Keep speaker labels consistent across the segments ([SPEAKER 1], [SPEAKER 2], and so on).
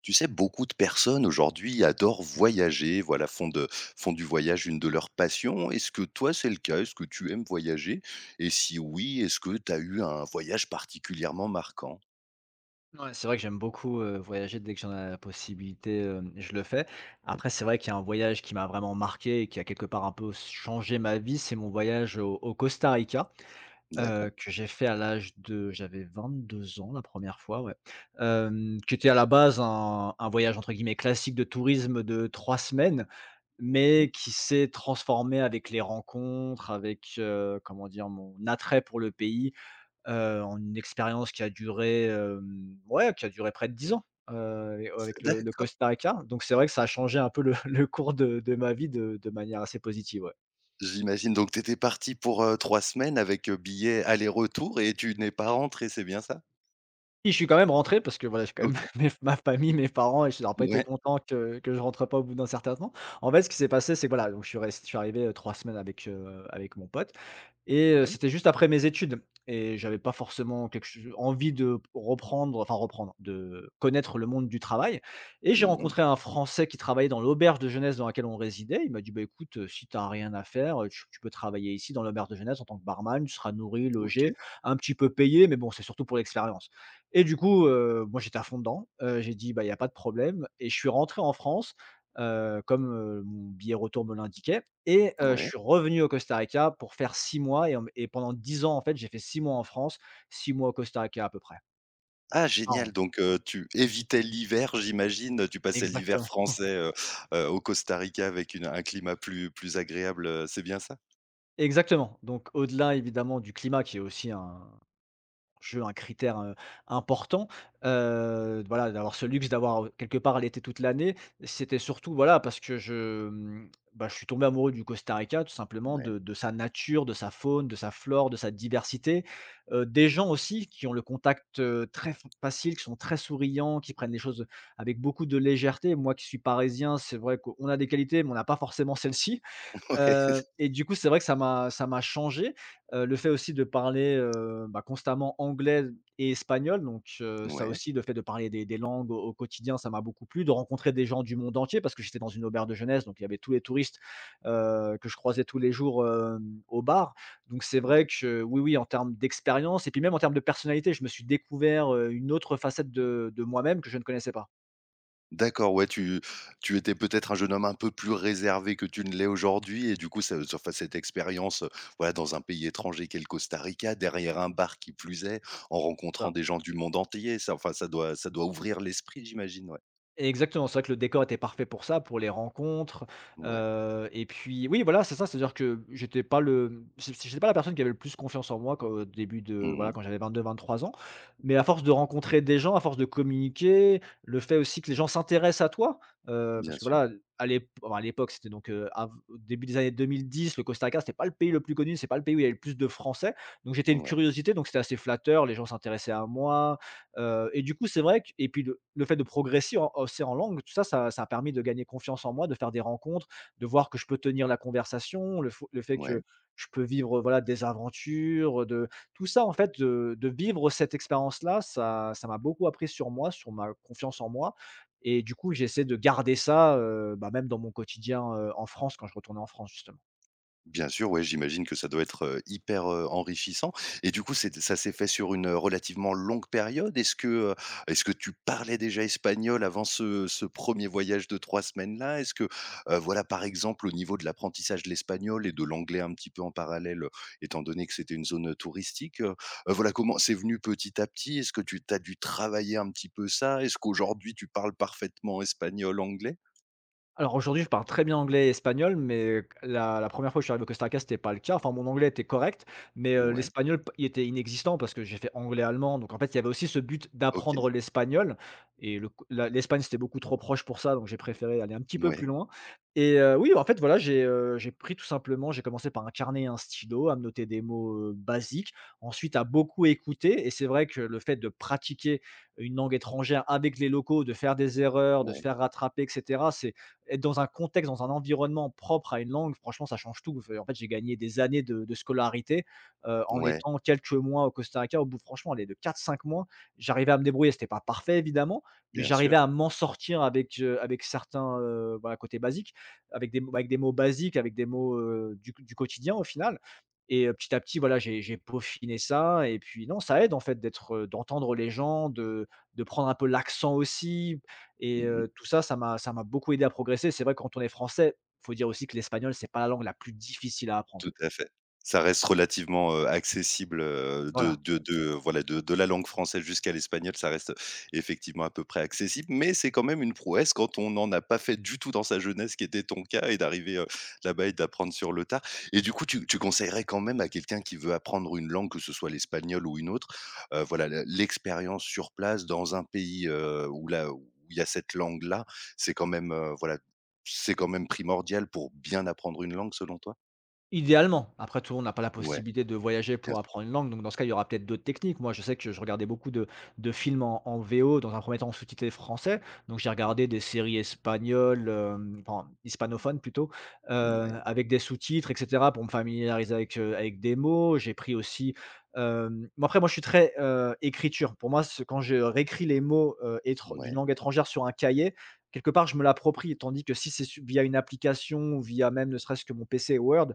[SPEAKER 1] Tu sais, beaucoup de personnes aujourd'hui adorent voyager, voilà, font du voyage une de leurs passions. Est-ce que toi, c'est le cas? Est-ce que tu aimes voyager? Et si oui, est-ce que tu as eu un voyage particulièrement marquant?
[SPEAKER 2] Ouais, c'est vrai que j'aime beaucoup, voyager dès que j'en ai la possibilité, je le fais. Après, c'est vrai qu'il y a un voyage qui m'a vraiment marqué et qui a quelque part un peu changé ma vie, c'est mon voyage au Costa Rica,
[SPEAKER 1] D'accord.
[SPEAKER 2] que j'ai fait à l'âge de j'avais 22 ans la première fois, ouais, qui était à la base un voyage entre guillemets «classique» de tourisme de 3 semaines,
[SPEAKER 1] Ouais.
[SPEAKER 2] mais qui s'est transformé avec les rencontres, avec, comment dire? Mon attrait pour le pays. En une expérience qui a duré, ouais, qui a duré près de 10 ans, et avec le le
[SPEAKER 1] D'accord.
[SPEAKER 2] Costa Rica. Donc c'est vrai que ça a changé un peu le le cours de ma vie de manière assez positive, ouais.
[SPEAKER 1] J'imagine. Donc, tu étais parti pour 3 semaines avec billet aller-retour et tu n'es pas rentré, c'est bien ça?
[SPEAKER 2] Si, je suis quand même rentré parce que voilà, j'ai quand même
[SPEAKER 1] Ok.
[SPEAKER 2] mes ma famille, mes parents et ils auraient pas été
[SPEAKER 1] Ouais.
[SPEAKER 2] contents que je rentre pas au bout d'un certain temps. En fait, ce qui s'est passé, c'est que voilà, donc je suis arrivé, 3 semaines avec, avec mon pote et
[SPEAKER 1] Ouais.
[SPEAKER 2] c'était juste après mes études et j'avais pas forcément quelque ch envie de reprendre, enfin reprendre, de connaître le monde du travail et j'ai
[SPEAKER 1] Mhm.
[SPEAKER 2] rencontré un Français qui travaillait dans l'auberge de jeunesse dans laquelle on résidait. Il m'a dit: «Bah, écoute, si t'as rien à faire, tu peux travailler ici dans l'auberge de jeunesse en tant que barman, tu seras nourri,
[SPEAKER 1] Ok.
[SPEAKER 2] logé, un petit peu payé, mais bon, c'est surtout pour l'expérience». Et du coup, moi, j'étais à fond dedans. J'ai dit: «Bah, il y a pas de problème» et je suis rentré en France, comme, mon billet retour me l'indiquait et je
[SPEAKER 1] Ouais.
[SPEAKER 2] suis revenu au Costa Rica pour faire 6 mois et pendant 10 ans, en fait, j'ai fait 6 mois en France, 6 mois au Costa Rica à peu près,
[SPEAKER 1] Ah
[SPEAKER 2] par
[SPEAKER 1] génial,
[SPEAKER 2] an.
[SPEAKER 1] donc tu évitais l'hiver j'imagine, tu passais l'hiver
[SPEAKER 2] Exactement,
[SPEAKER 1] français, au Costa Rica avec une un climat plus agréable, c'est bien ça?
[SPEAKER 2] exactement. Donc au-delà évidemment du climat qui est aussi un Jeu un critère, important, voilà, d'avoir ce luxe d'avoir, quelque part l'été toute l'année. C'était surtout, voilà, parce que je, mmh, bah, je suis tombé amoureux du Costa Rica tout simplement,
[SPEAKER 1] Ouais,
[SPEAKER 2] de sa nature, de sa faune, de sa flore, de sa diversité, des gens aussi qui ont le contact, très f facile, qui sont très souriants, qui prennent les choses, avec beaucoup de légèreté. Moi qui suis parisien, c'est vrai qu'on a des qualités, mais on n'a pas forcément celle-ci.
[SPEAKER 1] ouais,
[SPEAKER 2] Et du coup, c'est vrai que ça m'a changé, le fait aussi de parler, bah, constamment anglais et espagnol donc ça
[SPEAKER 1] ouais,
[SPEAKER 2] aussi, le fait de parler des langues au quotidien, ça m'a beaucoup plu. De rencontrer des gens du monde entier parce que j'étais dans une auberge de jeunesse donc il y avait tous les touristes, que je croisais tous les jours, au bar donc c'est vrai
[SPEAKER 1] ouais.
[SPEAKER 2] que oui, oui, en termes d'expérience et puis même en termes de personnalité, je me suis découvert, une autre facette de moi-même que je ne connaissais pas,
[SPEAKER 1] D'accord, ouais, tu étais peut-être un jeune homme un peu plus réservé que tu ne l'es aujourd'hui et du coup ça ce enfin cette expérience, voilà, dans un pays étranger qu'est le Costa Rica, derrière un bar qui plus est, en rencontrant
[SPEAKER 2] ça.
[SPEAKER 1] des gens du monde entier, ça enfin ça doit ouvrir l'esprit j'imagine, ouais.
[SPEAKER 2] Exactement, c'est vrai que le décor était parfait pour ça, pour les rencontres,
[SPEAKER 1] Ouais.
[SPEAKER 2] et puis oui, voilà, c'est ça, c'est-à-dire que j'étais pas la personne qui avait le plus confiance en moi quand au début de voilà,
[SPEAKER 1] Mmh.
[SPEAKER 2] quand j'avais 22, 23 ans. Mais à force de rencontrer des gens, à force de communiquer, le fait aussi que les gens s'intéressent à toi,
[SPEAKER 1] Bien
[SPEAKER 2] parce que
[SPEAKER 1] sûr.
[SPEAKER 2] voilà, à l'ép enfin à l'époque, c'était donc, av au début des années 2010, le Costa Rica, c'était pas le pays le plus connu, c'est pas le pays où il y avait le plus de Français. Donc j'étais une
[SPEAKER 1] Ouais,
[SPEAKER 2] curiosité, donc c'était assez flatteur, les gens s'intéressaient à moi. Et du coup, c'est vrai que et puis le fait de progresser en aussi en langue, tout ça, ça a permis de gagner confiance en moi, de faire des rencontres, de voir que je peux tenir la conversation, le fait
[SPEAKER 1] ouais.
[SPEAKER 2] que je peux vivre, voilà, des aventures, de tout ça, en fait, de vivre cette expérience-là, ça m'a beaucoup appris sur moi, sur ma confiance en moi et du coup, j'essaie de garder ça, bah, même dans mon quotidien, en France, quand je retournais en France, justement.
[SPEAKER 1] Bien sûr, ouais, j'imagine que ça doit être, hyper, enrichissant et du coup, c'est ça s'est fait sur une, relativement longue période. Est-ce que tu parlais déjà espagnol avant ce 1 voyage de 3 semaines-là? Est-ce que, voilà, par exemple, au niveau de l'apprentissage de l'espagnol et de l'anglais un petit peu en parallèle, étant donné que c'était une zone touristique, voilà, comment c'est venu petit à petit? Est-ce que tu as dû travailler un petit peu ça? Est-ce qu'aujourd'hui tu parles parfaitement espagnol, anglais?
[SPEAKER 2] Alors aujourd'hui, je parle très bien anglais et espagnol, mais la 1re fois que je suis arrivé au Costa Rica, c'était pas le cas. Enfin, mon anglais était correct, mais
[SPEAKER 1] Ouais,
[SPEAKER 2] l'espagnol p il était inexistant parce que j'ai fait anglais-allemand, donc en fait, il y avait aussi ce but
[SPEAKER 1] OK,
[SPEAKER 2] d'apprendre l'espagnol et le c la l'Espagne, c'était beaucoup trop proche pour ça, donc j'ai préféré aller un petit peu
[SPEAKER 1] ouais,
[SPEAKER 2] plus loin et oui, en fait, voilà, j'ai pris tout simplement j'ai commencé par un carnet et un stylo, à me noter des mots, basiques, ensuite à beaucoup écouter et c'est vrai que le fait de pratiquer une langue étrangère avec les locaux, de faire des erreurs, de se
[SPEAKER 1] ouais,
[SPEAKER 2] faire rattraper et cetera, c'est être dans un contexte, dans un environnement propre à une langue, franchement, ça change tout. En fait, j'ai gagné des années de scolarité en
[SPEAKER 1] ouais,
[SPEAKER 2] étant quelques mois au Costa Rica. Au bout, franchement, allez, de 4, 5 mois, j'arrivais à me débrouiller. C'était pas parfait, évidemment, mais
[SPEAKER 1] bien sûr.
[SPEAKER 2] j'arrivais à m'en sortir avec, avec certains voilà, côtés basiques, avec des mots basiques, avec des mots du quotidien au final. Et petit à petit, voilà, j'ai peaufiné ça. Et puis, non, ça aide en fait d'être, d'entendre les gens, de prendre un peu l'accent aussi, et
[SPEAKER 1] Mmh.
[SPEAKER 2] tout ça, ça m'a beaucoup aidé à progresser. C'est vrai, que quand on est français, faut dire aussi que l'espagnol, c'est pas la langue la plus difficile à apprendre.
[SPEAKER 1] Tout à fait. Ça reste relativement, accessible, de
[SPEAKER 2] Voilà.
[SPEAKER 1] de de voilà, de la langue française jusqu'à l'espagnol, ça reste effectivement à peu près accessible, mais c'est quand même une prouesse quand on n'en a pas fait du tout dans sa jeunesse, qui était ton cas, et d'arriver, là-bas et d'apprendre sur le tas, et du coup, tu conseillerais quand même à quelqu'un qui veut apprendre une langue, que ce soit l'espagnol ou une autre, voilà, le l'expérience sur place dans un pays, où là où il y a cette langue-là, c'est quand même, voilà, c'est quand même primordial pour bien apprendre une langue selon toi?
[SPEAKER 2] Idéalement, après tout, on n'a pas la
[SPEAKER 1] Ouais.
[SPEAKER 2] possibilité de voyager
[SPEAKER 1] Bien
[SPEAKER 2] pour
[SPEAKER 1] sûr.
[SPEAKER 2] apprendre une langue, donc dans ce cas, il y aura peut-être d'autres techniques. Moi, je sais que je regardais beaucoup de films en VO, dans un premier temps sous-titrés français, donc j'ai
[SPEAKER 1] Mmh
[SPEAKER 2] regardé des séries espagnoles, enfin hispanophones plutôt,
[SPEAKER 1] mh. Ouais,
[SPEAKER 2] heu, avec des sous-titres et cetera pour me familiariser avec, avec des mots. J'ai pris aussi, hem, moi après moi je suis très, écriture. Pour moi, ce quand je réécris les mots, étr d'une
[SPEAKER 1] ouais,
[SPEAKER 2] langue étrangère sur un cahier, quelque part je me l'approprie, tandis que si c'est su via une application ou via même ne serait-ce que mon PC Word,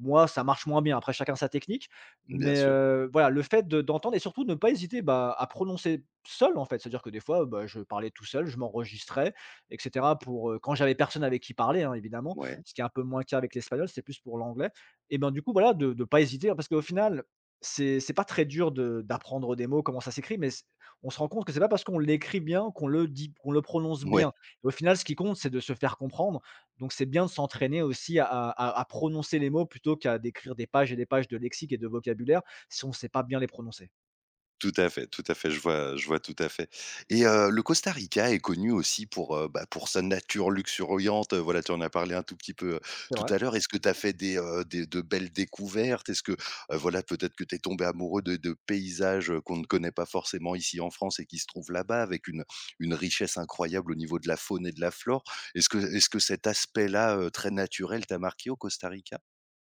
[SPEAKER 2] moi, ça marche moins bien. Après, chacun sa technique.
[SPEAKER 1] bien
[SPEAKER 2] Mais
[SPEAKER 1] sûr.
[SPEAKER 2] voilà, le fait de d'entendre et surtout ne pas hésiter, bah, à prononcer seul, en fait. C'est-à-dire que des fois, bah, je parlais tout seul, je m'enregistrais et cetera pour, quand j'avais personne avec qui parler, hein, évidemment.
[SPEAKER 1] Ouais,
[SPEAKER 2] Ce qui est un peu moins le cas avec l'espagnol, c'est plus pour l'anglais et ben, du coup, voilà, de ne pas hésiter, hein, parce qu'au final, c'est pas très dur de d'apprendre des mots, comment ça s'écrit, mais c on se rend compte que c'est pas parce qu'on l'écrit bien qu'on le prononce
[SPEAKER 1] ouais,
[SPEAKER 2] bien. Au final, ce qui compte, c'est de se faire comprendre donc c'est bien de s'entraîner aussi à prononcer les mots plutôt qu'à décrire des pages et des pages de lexique et de vocabulaire si on ne sait pas bien les prononcer.
[SPEAKER 1] tout à fait, je vois tout à fait. Et le Costa Rica est connu aussi pour, bah, pour sa nature luxuriante, voilà, tu en as parlé un tout petit peu,
[SPEAKER 2] C'est
[SPEAKER 1] tout
[SPEAKER 2] vrai.
[SPEAKER 1] à l'heure. Est-ce que tu as fait des, de belles découvertes? Est-ce que, voilà, peut-être que tu es tombé amoureux de paysages, qu'on ne connaît pas forcément ici en France et qui se trouvent là-bas avec une richesse incroyable au niveau de la faune et de la flore? Est-ce que cet aspect-là, très naturel t'a marqué au Costa Rica?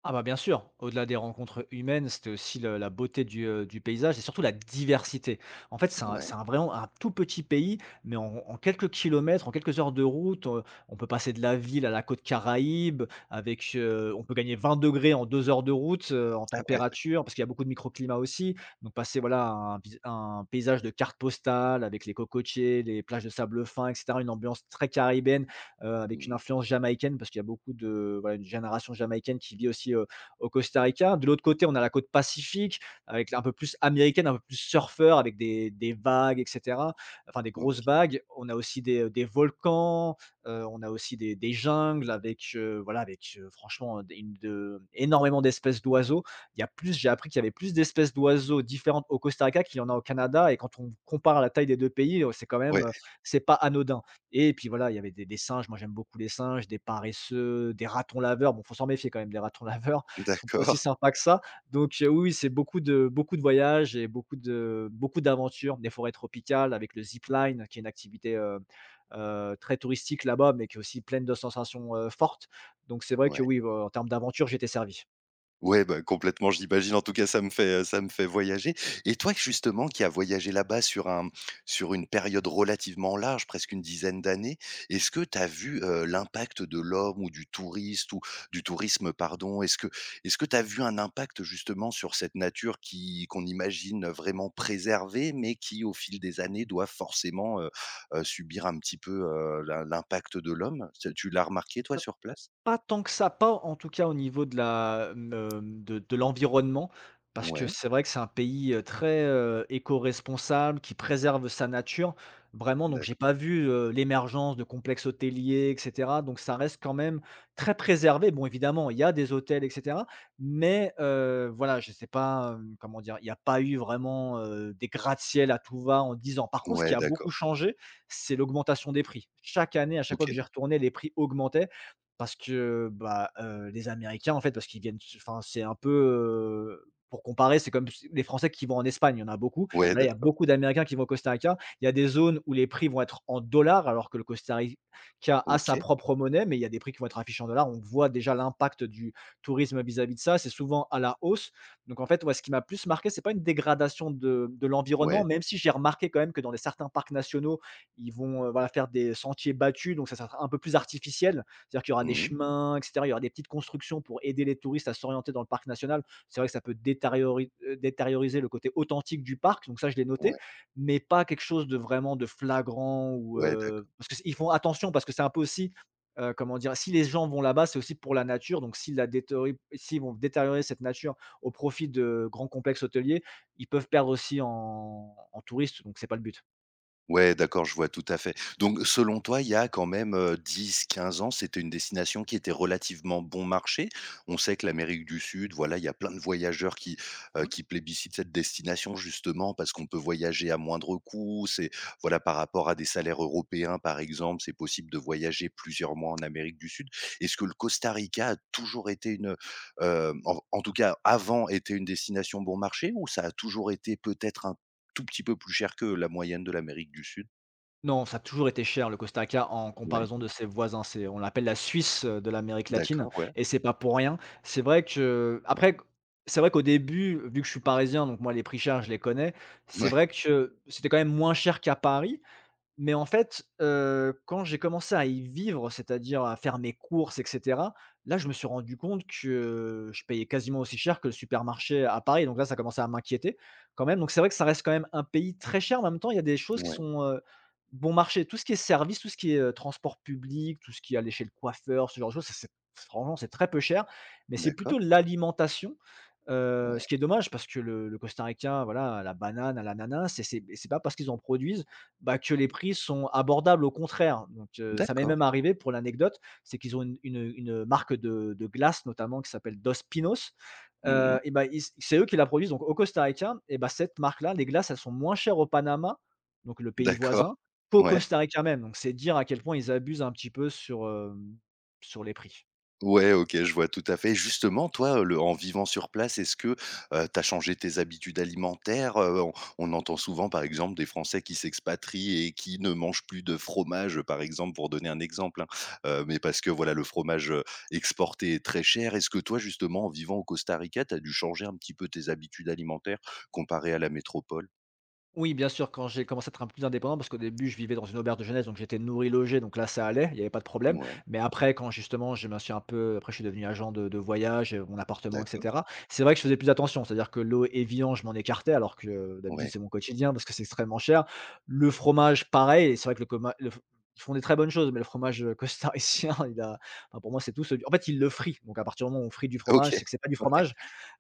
[SPEAKER 2] Ah bah, bien sûr, au-delà des rencontres humaines, c'était aussi le la beauté du paysage et surtout la diversité. En fait,
[SPEAKER 1] Ouais.
[SPEAKER 2] c'est un vraiment un tout petit pays, mais en quelques kilomètres, en quelques heures de route, on peut passer de la ville à la côte Caraïbe avec, on peut gagner 20 degrés en 2 heures de route, en
[SPEAKER 1] Ah ouais,
[SPEAKER 2] température, parce qu'il y a beaucoup de microclimats aussi. Donc passer, voilà, à un paysage de carte postale avec les cocotiers, les plages de sable fin et cetera, une ambiance très caribéenne avec une
[SPEAKER 1] mmh.
[SPEAKER 2] influence jamaïcaine parce qu'il y a beaucoup de voilà, une génération jamaïcaine qui vit aussi, au Costa Rica. De l'autre côté, on a la côte pacifique avec un peu plus américaine, un peu plus surfeur avec des vagues et cetera, enfin des
[SPEAKER 1] Donc
[SPEAKER 2] grosses vagues. On a aussi des volcans, on a aussi des jungles avec, voilà, avec, franchement, des une de énormément d'espèces d'oiseaux. Il y a plus j'ai appris qu'il y avait plus d'espèces d'oiseaux différentes au Costa Rica qu'il y en a au Canada, et quand on compare la taille des 2 pays, c'est quand même,
[SPEAKER 1] ouais,
[SPEAKER 2] c'est pas anodin. Et puis voilà, il y avait des singes, moi j'aime beaucoup les singes, des paresseux, des ratons laveurs. Bon, faut s'en méfier quand même des ratons laveurs, ils sont pas aussi
[SPEAKER 1] d'accord,
[SPEAKER 2] sympas que ça. Donc oui, oui, c'est beaucoup de voyages et beaucoup d'aventures. Des forêts tropicales avec le zipline, qui est une activité très touristique là-bas, mais qui est aussi pleine de sensations fortes. Donc c'est vrai que
[SPEAKER 1] ouais.
[SPEAKER 2] oui, en termes d'aventure, j'étais servi.
[SPEAKER 1] Ouais, bah, complètement, j'imagine, en tout cas, ça me fait, voyager. Et toi, justement, qui as voyagé là-bas sur une période relativement large, presque une dizaine d'années, est-ce que tu as vu, l'impact de l'homme ou du touriste ou du tourisme, pardon? Est-ce que tu as vu un impact, justement, sur cette nature qui qu'on imagine vraiment préservée, mais qui, au fil des années, doit forcément, subir un petit peu, l'impact de l'homme? Tu l'as remarqué, toi, sur place?
[SPEAKER 2] Pas tant que ça, pas en tout cas au niveau de la, de l'environnement, parce que
[SPEAKER 1] Ouais.
[SPEAKER 2] c'est vrai que c'est un pays, très, éco-responsable, qui préserve sa nature. Vraiment, donc
[SPEAKER 1] D'acc
[SPEAKER 2] j'ai pas vu, l'émergence de complexes hôteliers et cetera, donc ça reste quand même très préservé. Bon, évidemment, il y a des hôtels et cetera, mais voilà, je sais pas, comment dire? Il y a pas eu vraiment, des gratte-ciel à tout va en 10 ans. Par contre, ce
[SPEAKER 1] ouais,
[SPEAKER 2] qui a beaucoup
[SPEAKER 1] d'accord.
[SPEAKER 2] changé, c'est l'augmentation des prix. Chaque année, à chaque fois que j'y
[SPEAKER 1] OK.
[SPEAKER 2] retournais, les prix augmentaient parce que, bah, les Américains, en fait, parce qu'ils viennent, enfin, c'est un peu, pour comparer, c'est comme s les Français qui vont en Espagne, il y en a beaucoup. Et
[SPEAKER 1] Ouais,
[SPEAKER 2] bah, là, il y a
[SPEAKER 1] d'accord.
[SPEAKER 2] beaucoup d'Américains qui vont au Costa Rica. Il y a des zones où les prix vont être en dollars, alors que le Costa Rica a sa
[SPEAKER 1] OK.
[SPEAKER 2] propre monnaie, mais il y a des prix qui vont être affichés en dollars. On voit déjà l'impact du tourisme vis-à-vis de ça. C'est souvent à la hausse. Donc en fait, ouais, ce qui m'a plus marqué, c'est pas une dégradation de
[SPEAKER 1] Ouais.
[SPEAKER 2] l'environnement, même si j'ai remarqué quand même que dans des certains parcs nationaux, ils vont, voilà, faire des sentiers battus, donc ça sera un peu plus artificiel. C'est-à-dire qu'il y aura des
[SPEAKER 1] Mmh mh.
[SPEAKER 2] chemins, et cetera. Il y aura des petites constructions pour aider les touristes à s'orienter dans le parc national. C'est vrai que ça peut détérioriser le côté authentique du parc, donc ça, je l'ai noté,
[SPEAKER 1] Ouais.
[SPEAKER 2] mais pas quelque chose de vraiment de flagrant ou,
[SPEAKER 1] Ouais, d'ac
[SPEAKER 2] parce qu'ils font attention, parce que c'est un peu aussi, comment dire? Si les gens vont là-bas, c'est aussi pour la nature, donc s'ils vont détériorer cette nature au profit de grands complexes hôteliers, ils peuvent perdre aussi en touristes, donc c'est pas le but.
[SPEAKER 1] Ouais, d'accord, je vois tout à fait. Donc, selon toi, il y a quand même, 10-15 ans, c'était une destination qui était relativement bon marché? On sait que l'Amérique du Sud, voilà, il y a plein de voyageurs qui, plébiscitent cette destination justement parce qu'on peut voyager à moindre coût. C'est, voilà, par rapport à des salaires européens, par exemple, c'est possible de voyager plusieurs mois en Amérique du Sud. Est-ce que le Costa Rica a toujours été en tout cas, avant, était une destination bon marché, ou ça a toujours été peut-être un tout petit peu plus cher que la moyenne de l'Amérique du Sud?
[SPEAKER 2] Non, ça a toujours été cher le Costa Rica en
[SPEAKER 1] Ouais,
[SPEAKER 2] comparaison de ses voisins. C'est, on l'appelle la Suisse, de l'Amérique latine,
[SPEAKER 1] d'accord, ouais,
[SPEAKER 2] et c'est pas pour rien. C'est vrai que, après, c'est vrai qu'au début, vu que je suis parisien, donc moi les prix chers, je les connais, c'est
[SPEAKER 1] ouais,
[SPEAKER 2] vrai que c'était quand même moins cher qu'à Paris, mais en fait, quand j'ai commencé à y vivre, c'est-à-dire à faire mes courses et cetera, là, je me suis rendu compte que je payais quasiment aussi cher que le supermarché à Paris, donc là, ça commençait à m'inquiéter quand même. Donc c'est vrai que ça reste quand même un pays très cher, mais en même temps, il y a des choses qui
[SPEAKER 1] ouais,
[SPEAKER 2] sont, bon marché. Tout ce qui est service, tout ce qui est, transport public, tout ce qui est aller chez le coiffeur, ce genre de choses, ça c'est franchement, c'est très peu cher, mais c'est
[SPEAKER 1] d'accord,
[SPEAKER 2] plutôt l'alimentation,
[SPEAKER 1] ouais,
[SPEAKER 2] ce qui est dommage parce que le Costa Ricain, voilà, à la banane, à l'ananas, et c'est pas parce qu'ils en produisent, bah, que les prix sont abordables, au contraire. Donc, ça m'est
[SPEAKER 1] d'accord,
[SPEAKER 2] même arrivé, pour l'anecdote, c'est qu'ils ont marque de glace notamment qui s'appelle Dos Pinos,
[SPEAKER 1] mmh,
[SPEAKER 2] et bah, ils c'est eux qui la produisent donc au Costa Rica, et bah, cette marque-là, les glaces, elles sont moins chères au Panama, donc le pays
[SPEAKER 1] d'accord,
[SPEAKER 2] voisin, qu'au
[SPEAKER 1] ouais.
[SPEAKER 2] Costa Rica même. Donc c'est dire à quel point ils abusent un petit peu sur, sur les prix.
[SPEAKER 1] Ouais, OK, je vois tout à fait. Justement, toi, le en vivant sur place, est-ce que, tu as changé tes habitudes alimentaires? On entend souvent, par exemple, des Français qui s'expatrient et qui ne mangent plus de fromage, par exemple, pour donner un exemple, hein. Mais parce que, voilà, le fromage, exporté est très cher. Est-ce que toi, justement, en vivant au Costa Rica, tu as dû changer un petit peu tes habitudes alimentaires comparé à la métropole?
[SPEAKER 2] Oui, bien sûr, quand j'ai commencé à être un peu plus indépendant, parce qu'au début, je vivais dans une auberge de jeunesse, donc j'étais nourri, logé, donc là, ça allait, il n'y avait pas de problème.
[SPEAKER 1] Ouais,
[SPEAKER 2] Mais après, quand justement, je me suis un peu, après, je suis devenu agent de voyage, mon appartement,
[SPEAKER 1] d'accord,
[SPEAKER 2] etc. C'est vrai que je faisais plus attention, c'est-à-dire que l'eau et viande, je m'en écartais, alors que d'habitude,
[SPEAKER 1] ouais.
[SPEAKER 2] c'est mon quotidien parce que c'est extrêmement cher. Le fromage, pareil, et c'est vrai que le, coma- le f- ils font des très bonnes choses, mais le fromage costaricien, enfin, pour moi, c'est tout. En fait, il le frit. Donc, à partir du moment où on frit du fromage,
[SPEAKER 1] OK.
[SPEAKER 2] c'est que c'est pas du fromage.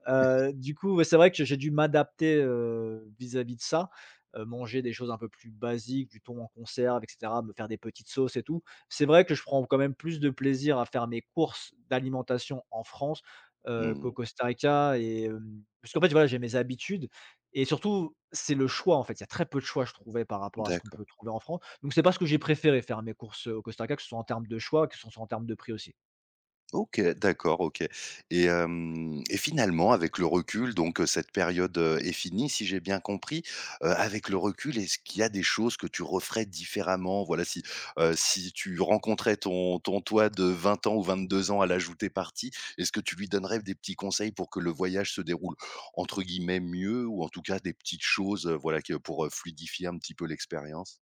[SPEAKER 2] Du coup, ouais, c'est vrai que j'ai dû m'adapter, vis-à-vis de ça, manger des choses un peu plus basiques, du thon en conserve et cetera, me faire des petites sauces et tout. C'est vrai que je prends quand même plus de plaisir à faire mes courses d'alimentation en France, qu'au
[SPEAKER 1] Mmh.
[SPEAKER 2] Costa Rica, parce qu'en fait, voilà, j'ai mes habitudes, et surtout, c'est le choix, en fait. Il y a très peu de choix, je trouvais, par rapport à ce qu'on
[SPEAKER 1] D'accord.
[SPEAKER 2] peut trouver en France. Donc c'est pas ce que j'ai préféré, faire mes courses, au Costa Rica, que ce soit en termes de choix, que ce soit en termes de prix aussi.
[SPEAKER 1] OK, d'accord, OK, et finalement, avec le recul donc, cette période, est finie si j'ai bien compris. Avec le recul, est-ce qu'il y a des choses que tu referais différemment? Voilà, si tu rencontrais ton toi de 20 ans ou 22 ans à l'âge où tu parti, est-ce que tu lui donnerais des petits conseils pour que le voyage se déroule entre guillemets «mieux», ou en tout cas des petites choses, voilà, que pour, fluidifier un petit peu l'expérience?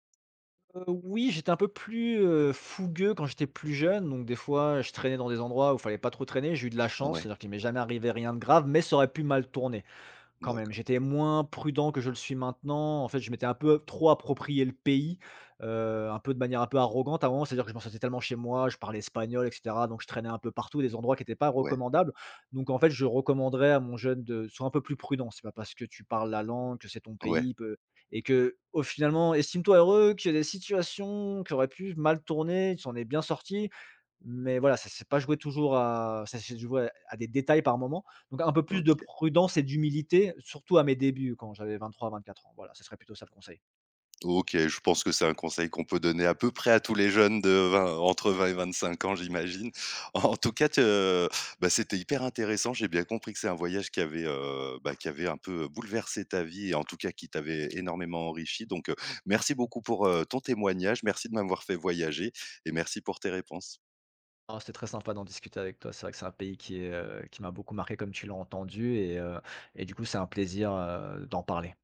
[SPEAKER 2] Oui, j'étais un peu plus, fougueux quand j'étais plus jeune, donc des fois, je traînais dans des endroits où fallait pas trop traîner. J'ai eu de la chance,
[SPEAKER 1] Ouais,
[SPEAKER 2] c'est-à-dire qu'il m'est jamais arrivé rien de grave, mais ça aurait pu mal tourner. Quand même,
[SPEAKER 1] d'accord.
[SPEAKER 2] j'étais moins prudent que je le suis maintenant. En fait, je m'étais un peu trop approprié le pays, un peu de manière un peu arrogante avant. C'est-à-dire que je m'en sentais tellement chez moi, je parlais espagnol et cetera, donc je traînais un peu partout, des endroits qui n'étaient pas
[SPEAKER 1] Ouais,
[SPEAKER 2] recommandables. Donc en fait, je recommanderais à mon jeune de sois un peu plus prudent. C'est pas parce que tu parles la langue, que c'est ton
[SPEAKER 1] ouais,
[SPEAKER 2] pays peu, et que au finalement, estime-toi heureux qu'il y a des situations qui auraient pu mal tourner, tu en es bien sorti. Mais voilà, ça s'est pas joué toujours à ça s'est joué à des détails par moment, donc un peu plus de
[SPEAKER 1] OK.
[SPEAKER 2] prudence et d'humilité, surtout à mes débuts quand j'avais 23-24 ans. Voilà, ce serait plutôt ça le conseil.
[SPEAKER 1] OK, je pense que c'est un conseil qu'on peut donner à peu près à tous les jeunes de 20 entre 20 et 25 ans, j'imagine. En tout cas, te bah, c'était hyper intéressant. J'ai bien compris que c'est un voyage qui avait, un peu, bouleversé ta vie, et en tout cas qui t'avait énormément enrichi, donc, merci beaucoup pour, ton témoignage. Merci de m'avoir fait voyager et merci pour tes réponses.
[SPEAKER 2] Ah, c'était très sympa d'en discuter avec toi. C'est vrai que c'est un pays qui est, qui m'a beaucoup marqué comme tu l'as entendu, et du coup, c'est un plaisir, d'en parler.